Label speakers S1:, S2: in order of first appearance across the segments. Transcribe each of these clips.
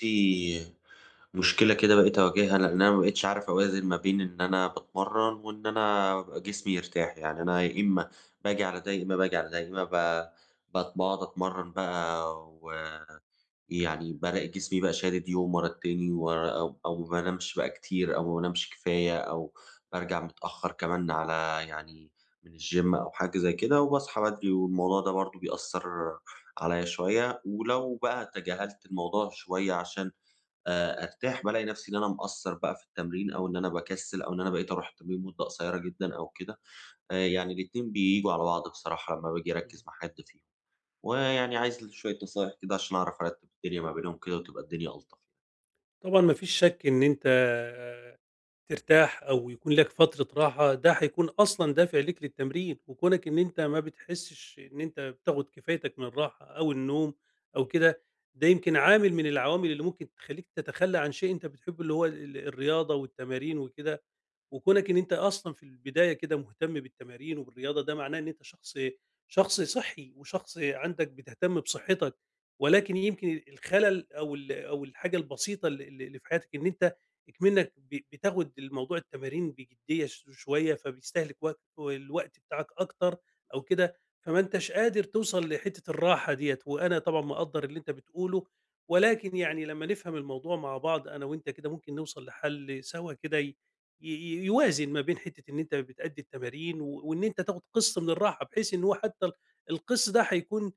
S1: عندي مشكلة كده بقيت أواجهها لأن أنا ما بقيتش عارف أوازن ما بين إن أنا بتمرن وإن أنا أبقى جسمي يرتاح. يعني أنا يا إما باجي على ده، يا إما باجي على ده، يا إما بقعد أتمرن بقى. يعني بالاقي جسمي بقى شادد يوم ورا التاني ورا، أو ما بانامش بقى كتير، أو ما بانامش كفاية، أو بارجع متأخّر كمان على، يعني، من الgym أو حاجة زي كده، وباصحى بدري، والموضوع ده برضه بيأثّر عليّا شوية. ولو بقى تجاهلت الموضوع شوية عشان أرتاح، بالاقي نَفْسي إن أنا مقصّر بقى في التمرين، أو إن أنا باكسّل، أو إن أنا بقيت أروح التمرين مدة قصيّرة جدًا أو كده. يعني الاتنين بييجوا على بعض بصراحة لمّا باجي
S2: إمم.
S1: أركّز مع حد فيهم. ويعني عايز شوية نصايح كده عشان أعرف أرتّب الدنيا ما بينهم كده، وتبقى الدنيا ألطف يعني.
S2: طبعًا ما فيش شك إن أنت آه، ترتاح أو يكون لك فترة راحة، ده هيكون أصلًا دافع ليك للتمرين، وكونك إن أنت ما بتحسّش إن أنت بتاخد كفايتك من الراحة أو النوم أو كده، ده يمكن عامل من العوامل اللي ممكن تخلّيك تتخلّى عن شيء أنت بتحبه اللي هو الرياضة والتمارين وكده. وكونك إن أنت أصلًا في البداية كده مهتم بالتمارين وبالرياضة، ده معناه إن أنت شخص صحّي وشخص عندك بتهتم بصحتك. ولكن يمكن الخلل أو الحاجة البسيطة ال ال اللي في حياتك إن أنت إكمنّك بتاخد الموضوع التمارين بجدية شوية، فبيستهلك وقت والوقت بتاعك أكتر أو كده، فما أنتش قادر توصل لحتّة الراحة ديّة، وأنا طبعًا مقدّر اللي أنت بتقوله. ولكن يعني لمّا نفهم الموضوع مع بعض أنا وأنت كده ممكن نوصل لحل سوا كده ي ي ي يوازن ما بين حتة إن أنت بتأدّي التمارين وإن أنت تاخد قِسْط من الراحة، بحيث إن هو حتى القِسْط ده هيكون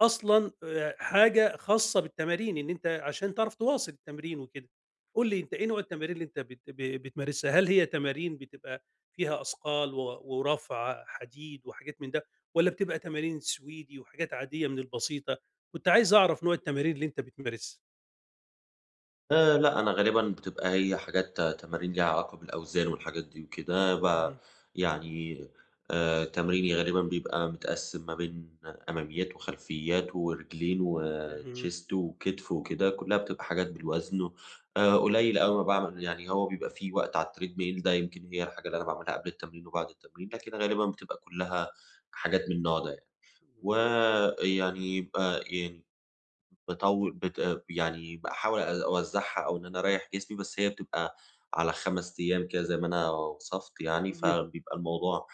S2: أصلًا حاجة خاصة بالتمارين، إن أنت عشان تعرف تواصل التمرين وكده. قُل لي أنت إيه نوع التمارين اللي أنت بت ب بتمارسها؟ هل هي تمارين بتبقى فيها أثقال ورفع حديد وحاجات من ده، والّا بتبقى تمارين سويدي وحاجات عادية من البسيطة؟ كنت عايز أعرف نوع التمارين اللي أنت بتمارسها.
S1: لأ، أنا غالبًا بتبقى هي حاجات تمارين ليها علاقة بالأوزان والحاجات دي وكده،
S2: اهم،
S1: يعني، تمريني غالبًا بيبقى متقسّم ما بين أماميات وخلفيات ورجلين
S2: اهم،
S1: وchest وكتف وكده، كُلّها بتبقى حاجات بالوزن. قليّل أوي ما باعمل، يعني هو بيبقى في وقت على الtreadmill، ده يمكن هي الحاجة اللي أنا باعملها قبل التمرين وبعد التمرين، لكن غالبًا بتبقى كُلّها حاجات من النوع ده. ويعني يعني، باطو بت يعني باحاول أوزّعها، أو إن أنا أريّح جسمي، بس هي بتبقى على 5 أيام كده زي ما أنا وصفت يعني،
S2: اهم.
S1: فبيبقى الموضوع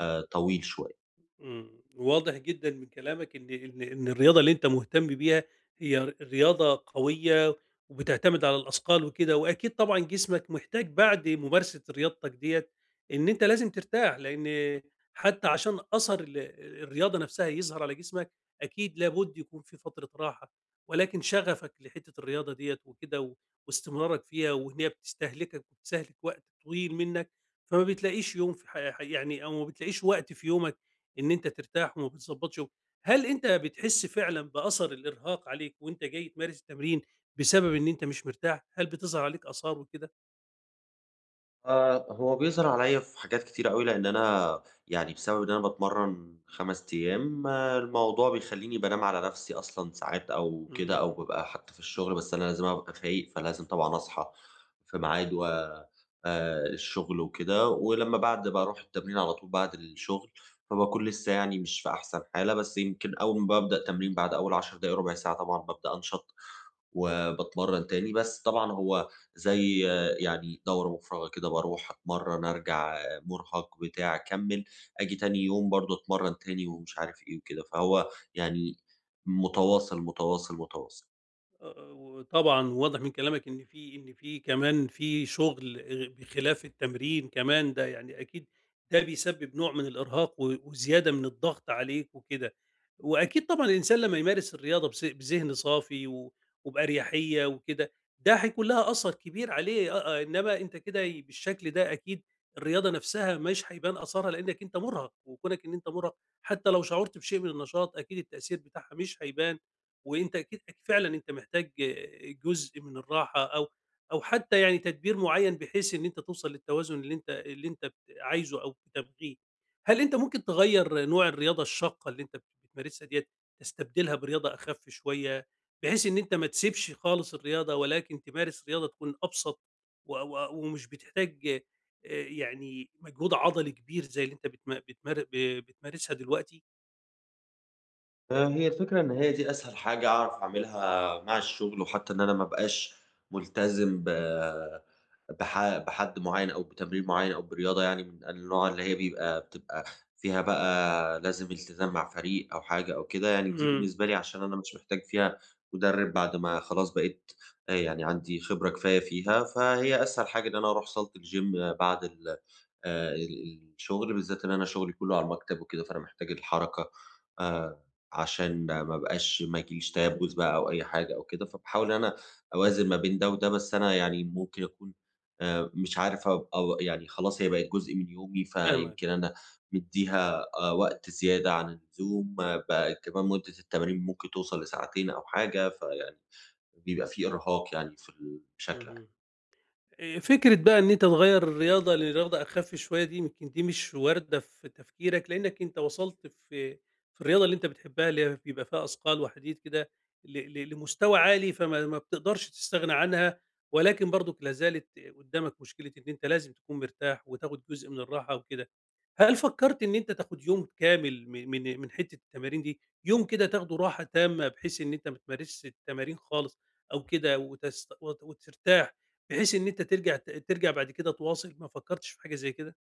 S1: طويل شوية.
S2: إمم، واضح جدًا من كلامك إن الرياضة اللي أنت مهتم بيها هي رياضة قوية وبتعتمد على الأثقال وكده، وأكيد طبعًا جسمك محتاج بعد ممارسة رياضتك ديّة إن أنت لازم ترتاح، لإن حتى عشان أثر الرياضة نفسها يظهر على جسمك أكيد لابد يكون في فترة راحة. ولكن شغفك لحتة الرياضة ديّة وكده واستمرارك فيها وإن هي بتستهلكك وبتستهلك وقت طويل منك، فما بتلاقيش يوم في ح ح يعني أو ما بتلاقيش وقت في يومك إن أنت ترتاح وما بتضبّطش يومك. هل أنت بتحس فعلًا بأثر الإرهاق عليك وأنت جاي تمارس التمرين بسبب إن أنت مش مرتاح؟ هل بتظهر عليك آثار وكده؟
S1: آه، هو بيظهر عليَّ في حاجات كتيرة أوي، لإن أنا يعني بسبب إن أنا باتمرّن 5 أيام، آه، الموضوع بيخلّيني بانام على نَفْسي أصلًا ساعات أو كده، أو
S2: إمم.
S1: بابقى حتى في الشغل، بس أنا لازم أبقى فايق، فلازم طبعًا أصحى في ميعاد و الشغل وكده. ولمّا بعد باروح التمرين على طول بعد الشغل، فباكون لسه يعني مش في أحسن حالة، بس يمكن أول ما بابدأ تمرين بعد أول 10 دقايق ربع ساعة، طبعًا بابدأ أنشَط، وباتمرّن تاني. بس طبعًا هو زي آه، يعني دورة مفرغة كده، باروح أتمرّن، أرجع آه، مُرهق بتاع، أكمّل، آجي تاني يوم برضه أتمرّن تاني ومش عارف إيه وكده، فهو يعني متواصل، متواصل، متواصل.
S2: طبعًا واضح من كلامك إن في كمان في شغل بخلاف التمرين كمان ده يعني أكيد ده بيسبب نوع من الإرهاق وزيادة من الضغط عليك وكده، وأكيد طبعًا الإنسان لمّا يمارس الرياضة بس بذهن صافي وبأريحية وكده، ده هيكون لها أثر كبير عليه. إنما أنت كده بالشكل ده أكيد الرياضة نفسها مش هيبان أثرها لإنك أنت مُرهق، وكونك إن أنت مُرهق حتى لو شعرت بشيء من النشاط أكيد التأثير بتاعها مش هيبان. وأنت أكيد فعلًا أنت محتاج جزء من الراحة أو حتى يعني تدبير معيّن بحيث إن أنت توصل للتوازن اللي أنت عايزه أو بتبغيه. هل أنت ممكن تغيّر نوع الرياضة الشاقة اللي أنت بتمارسها ديّة، تستبدلها برياضة أخف شوية، بحيث إن أنت ما تسيبش خالص الرياضة ولكن تمارس رياضة تكون أبسط و و ومش بتحتاج يعني مجهود عضلي كبير زي اللي أنت بتمارسها دلوقتي؟
S1: هي الفكرة إن هي دي أسهل حاجة أعرف أعملها مع الشغل، وحتى إن أنا ما أبقاش ملتزم ب بح بحد معين، أو بتمرين معين، أو برياضة يعني من النوع اللي هي بيبقى بتبقى فيها بقى لازم التزام مع فريق أو حاجة أو كده. يعني دي
S2: إمم،
S1: بالنسبة لي، عشان أنا مش محتاج فيها مدرب بعد ما خلاص بقيت يعني عندي خبرة كفاية فيها، فهي أسهل حاجة إن أنا أروح صالة الgym بعد ال ال الشغل، بالذات إن أنا شغلي كُلّه على المكتب وكده، فأنا محتاج الحركة آآ عشان ما أبقاش، ما ييجيليش تيبُّس بقى أو أي حاجة أو كده، فباحاول إن أنا أوازن ما بين ده وده. بس أنا يعني ممكن أكون مش عارف أبقى، و يعني خلاص هي بقت جزء من يومي،
S2: فاهمك،
S1: فيمكن أنا مدّيها وقت زيادة عن اللزوم، آه، بقى كمان مدة التمارين ممكن توصل لساعتين أو حاجة، فيعني بيبقى في إرهاق يعني في ال بشكل عام.
S2: اهم. فكرة بقى إن أنت تغيّر الرياضة لرياضة أخَف شوية، دي يمكن دي مش واردة في تفكيرك، لإنّك أنت وصلت في الرياضة اللي أنت بتحبها اللي هي بيبقى فيها أثقال وحديد كده ل ل لمستوى عالي، فما ما بتقدرش تستغنى عنها، ولكن برضُك لا زالت قدّامك مشكلة إن أنت لازم تكون مرتاح وتاخُد جزء من الراحة وكده. هل فكّرت إن أنت تاخُد يوم كامل م من من حتّة التمارين دي، يوم كده تاخده راحة تامة بحيث إن أنت ما تمارسش التمارين خالص أو كده وتست وت وترتاح بحيث إن أنت ترجع بعد كده تواصل، ما فكّرتش في حاجة زي كده؟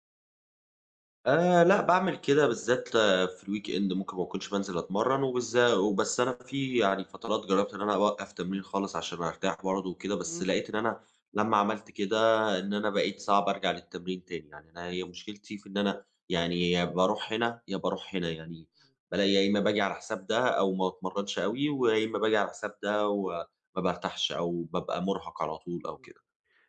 S1: لأ، باعمل كده بالذات، آه، في الweekend ممكن ما أكونش بانزل أتمرّن. وبس أنا في يعني فترات جرّبت إن أنا أوقّف تمرين خالص عشان أرتاح برضه وكده، بس لقيت إن أنا لمّا عملت كده إن أنا بقيت صعب أرجع للتمرين تاني. يعني أنا هي مشكلتي في إن أنا، يعني، يا باروح هنا، يا باروح هنا، يعني بالاقي يا إمّا باجي على حساب ده أو ما أتمرّنش أوي، ويا إمّا باجي على حساب ده وما بارتاحش أو بابقى مُرهَق على طول أو
S2: إمم.
S1: كده.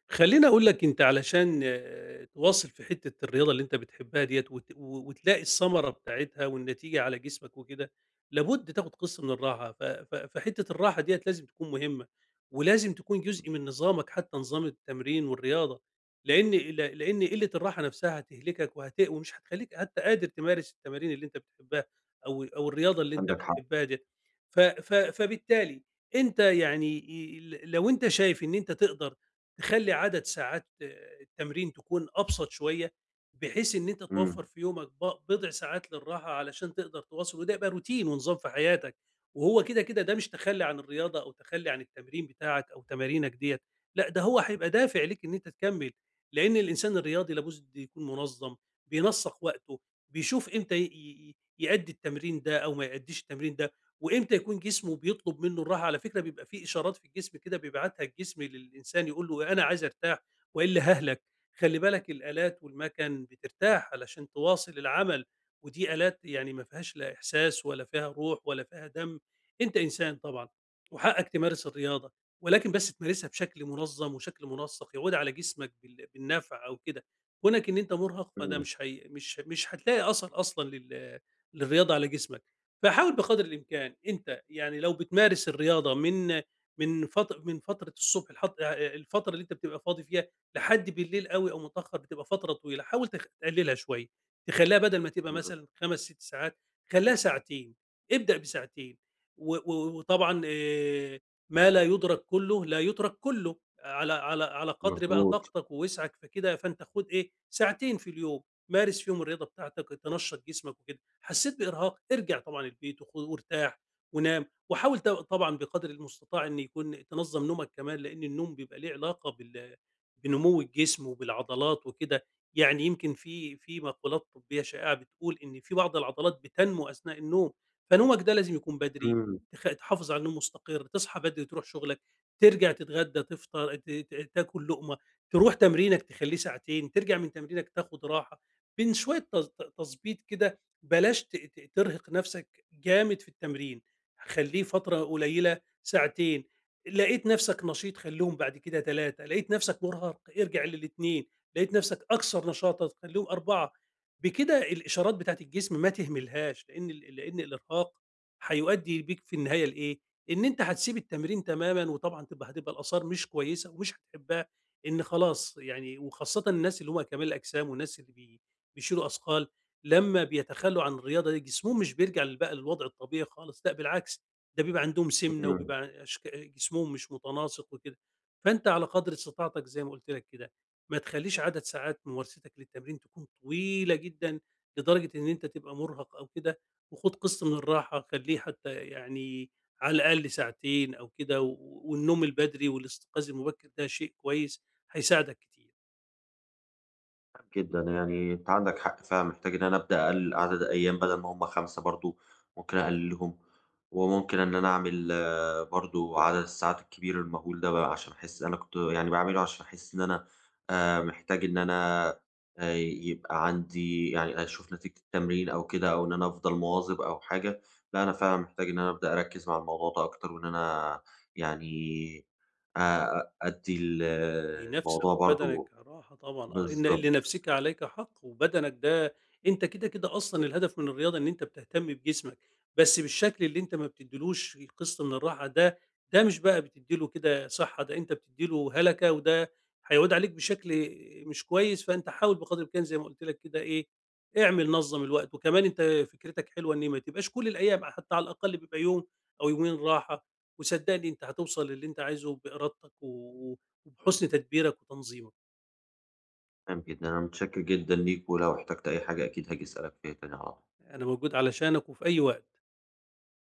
S2: خلّيني أقول لك أنت علشان تواصل في حتّة الرياضة اللي أنت بتحبها ديّة وت و وتلاقي الثمرة بتاعتها والنتيجة على جسمك وكده، لابد تاخد قسط من الراحة، ف ف فحتّة الراحة ديّة لازم تكون مهمة، ولازم تكون
S1: إمم،
S2: جزء من نظامك حتّى نظام التمرين والرياضة، لإن لإن قلّة الراحة نفسها هتهلكك ومش هتخلّيك حتّى قادر تمارس التمارين اللي أنت بتحبها أو الرياضة اللي أنت
S1: عندك حق.
S2: بتحبها ديّة، ف ف فبالتالي أنت يعني ي ل لو أنت شايف إن أنت تقدر تخلّي عدد ساعات التمرين تكون أبسط شوية، بحيث إن أنت توفّر
S1: إمم،
S2: في يومك بضع ساعات للراحة علشان تقدر تواصل، وده يبقى روتين ونظام في حياتك، وهو كده، كده ده مش تخلّي عن الرياضة أو تخلّي عن التمرين بتاعك أو تمارينك ديّة، لأ ده هو هيبقى دافع ليك إن أنت تكمّل، لإن الإنسان الرياضي لابد يكون منظّم، بينسّق وقته، بيشوف إمتى ي ي يأدّي التمرين ده أو ما يأدّيش التمرين ده. وإمتى يكون جسمه بيطلب منه الراحة، على فكرة بيبقى في إشارات في الجسم كده بيبعتها الجسم للإنسان يقول له أنا عايز أرتاح وإلا هاهلك. خلّي بالك الآلات والمَكَن بترتاح علشان تواصل العمل، ودي آلات يعني ما فيهاش لا إحساس ولا فيها روح ولا فيها دم. أنت إنسان طبعًا وحقك تمارس الرياضة، ولكن بس تمارسها بشكل منظم وشكل منسق يعود على جسمك بالنفع أو كده. كونك إن أنت مرهق فده
S1: إمم،
S2: مش هي مش مش هتلاقي أثر أصلًا للرياضة على جسمك. فحاول بقدر الإمكان أنت يعني لو بتمارس الرياضة من فترة الصبح، الحط آه، الفترة اللي أنت بتبقى فاضي فيها لحد بالليل أوي أو متأخر بتبقى فترة طويلة، حاول تقللها شوية، تخلّيها بدل ما تبقى
S1: إمم،
S2: مثلًا 5، 6 ساعات، خلّيها ساعتين، ابدأ بساعتين و و وطبعًا، ما لا يُدرك كلّه لا يُترك كلّه، على قدر بقى
S1: مضبوط.
S2: طاقتك ووسعك فكده فأنت خُد إيه، ساعتين في اليوم، مارس فيهم الرياضة بتاعتك تنشّط جسمك وكده. حسيت بارهاق ارجع طبعا البيت وارتاح ونام، وحاول طبعا بقدر المستطاع ان يكون تنظم نومك كمان، لان النوم بيبقى ليه علاقه بنمو الجسم وبالعضلات وكده. يعني يمكن في مقولات طبيه شائعه بتقول ان في بعض العضلات بتنمو اثناء النوم، فنومك ده لازم يكون بدري،
S1: إمم،
S2: تحافظ على نوم مستقر، تصحى بدري، تروح شغلك، ترجع تتغدى تفطر تاكل لقمه، تروح تمرينك تخليه ساعتين، ترجع من تمرينك تاخد راحه بين شويه، تظبيط كده. بلاش ت ت ترهق نفسك جامد في التمرين، خلّيه فترة قليلة ساعتين، لقيت نفسك نشيط خلّيهم بعد كده 3، لقيت نفسك مرهق ارجع لل2، لقيت نفسك أكثر نشاطًا خلّيهم 4. بكده الإشارات بتاعة الجسم ما تهملهاش، لإن لإن الإرهاق هيؤدي بيك في النهاية لإيه، إن أنت هتسيب التمرين تمامًا وطبعًا تبقى هتبقى الآثار مش كويسة ومش هتحبها، إن خلاص يعني، وخاصةً الناس اللي هم كمال الأجسام والناس اللي بيشيلوا أثقال لمّا بيتخلّوا عن الرياضة دي جسمهم مش بيرجع بقى للوضع الطبيعي خالص، لأ بالعكس، ده بيبقى عندهم سِمنة
S1: إمم.
S2: وبيبقى أشك جسمهم مش متناسق وكده. فأنت على قدر استطاعتك زي ما قُلت لك كده، ما تخلّيش عدد ساعات ممارستك للتمرين تكون طويلة جدًا لدرجة إن أنت تبقى مرهق أو كده، وخُد قِسط من الراحة، خلّيه حتى يعني على الأقل ساعتين أو كده، والنوم البدري والاستيقاظ المبكر ده شيء كويس هيساعدك كتير.
S1: جدًا، يعني أنت عندك حق فعلًا، محتاج إن أنا أبدأ أقلل عدد أيام بدل ما هم 5، برضه ممكن أقللهم. وممكن إن أنا أعمل برضه عدد الساعات الكبير المهول ده بقى، عشان أحس أنا كنت يعني باعمله عشان أحس إن أنا محتاج إن أنا يبقى عندي، يعني، أشوف نتيجة التمرين أو كده، أو إن أنا أفضل مواظب أو حاجة. لأ، أنا فعلًا محتاج إن أنا أبدأ أركّز مع الموضوع ده أكتر، وإن أنا يعني أدّي ال آه،
S2: لنفسك
S1: الموضوع
S2: وبدنك
S1: برضه.
S2: راحة طبعًا، إن
S1: بالضبط.
S2: لنفسك عليك حق، وبدنك ده أنت كده، كده أصلًا الهدف من الرياضة إن أنت بتهتم بجسمك، بس بالشكل اللي أنت ما بتديلوش قسط من الراحة ده، ده مش بقى بتدّي له كده صحة، ده أنت بتدّي له هلكة، وده هيعود عليك بشكل مش كويس، فأنت حاول بقدر الإمكان زي ما قُلت لك كده إيه، اعمل نظّم الوقت، وكمان أنت فكرتك حلوة إن ما تبقاش كل الأيام، حتى على الأقل بيبقى يوم أو يومين راحة، وصدّقني أنت هتوصل للي أنت عايزه بإرادتك وبحسن تدبيرك وتنظيمك.
S1: تمام جدًا، أنا متشكر جدًا ليك، ولو احتجت أي حاجة أكيد هاجي أسألك فيها تاني على طول.
S2: أنا موجود علشانك وفي أي وقت.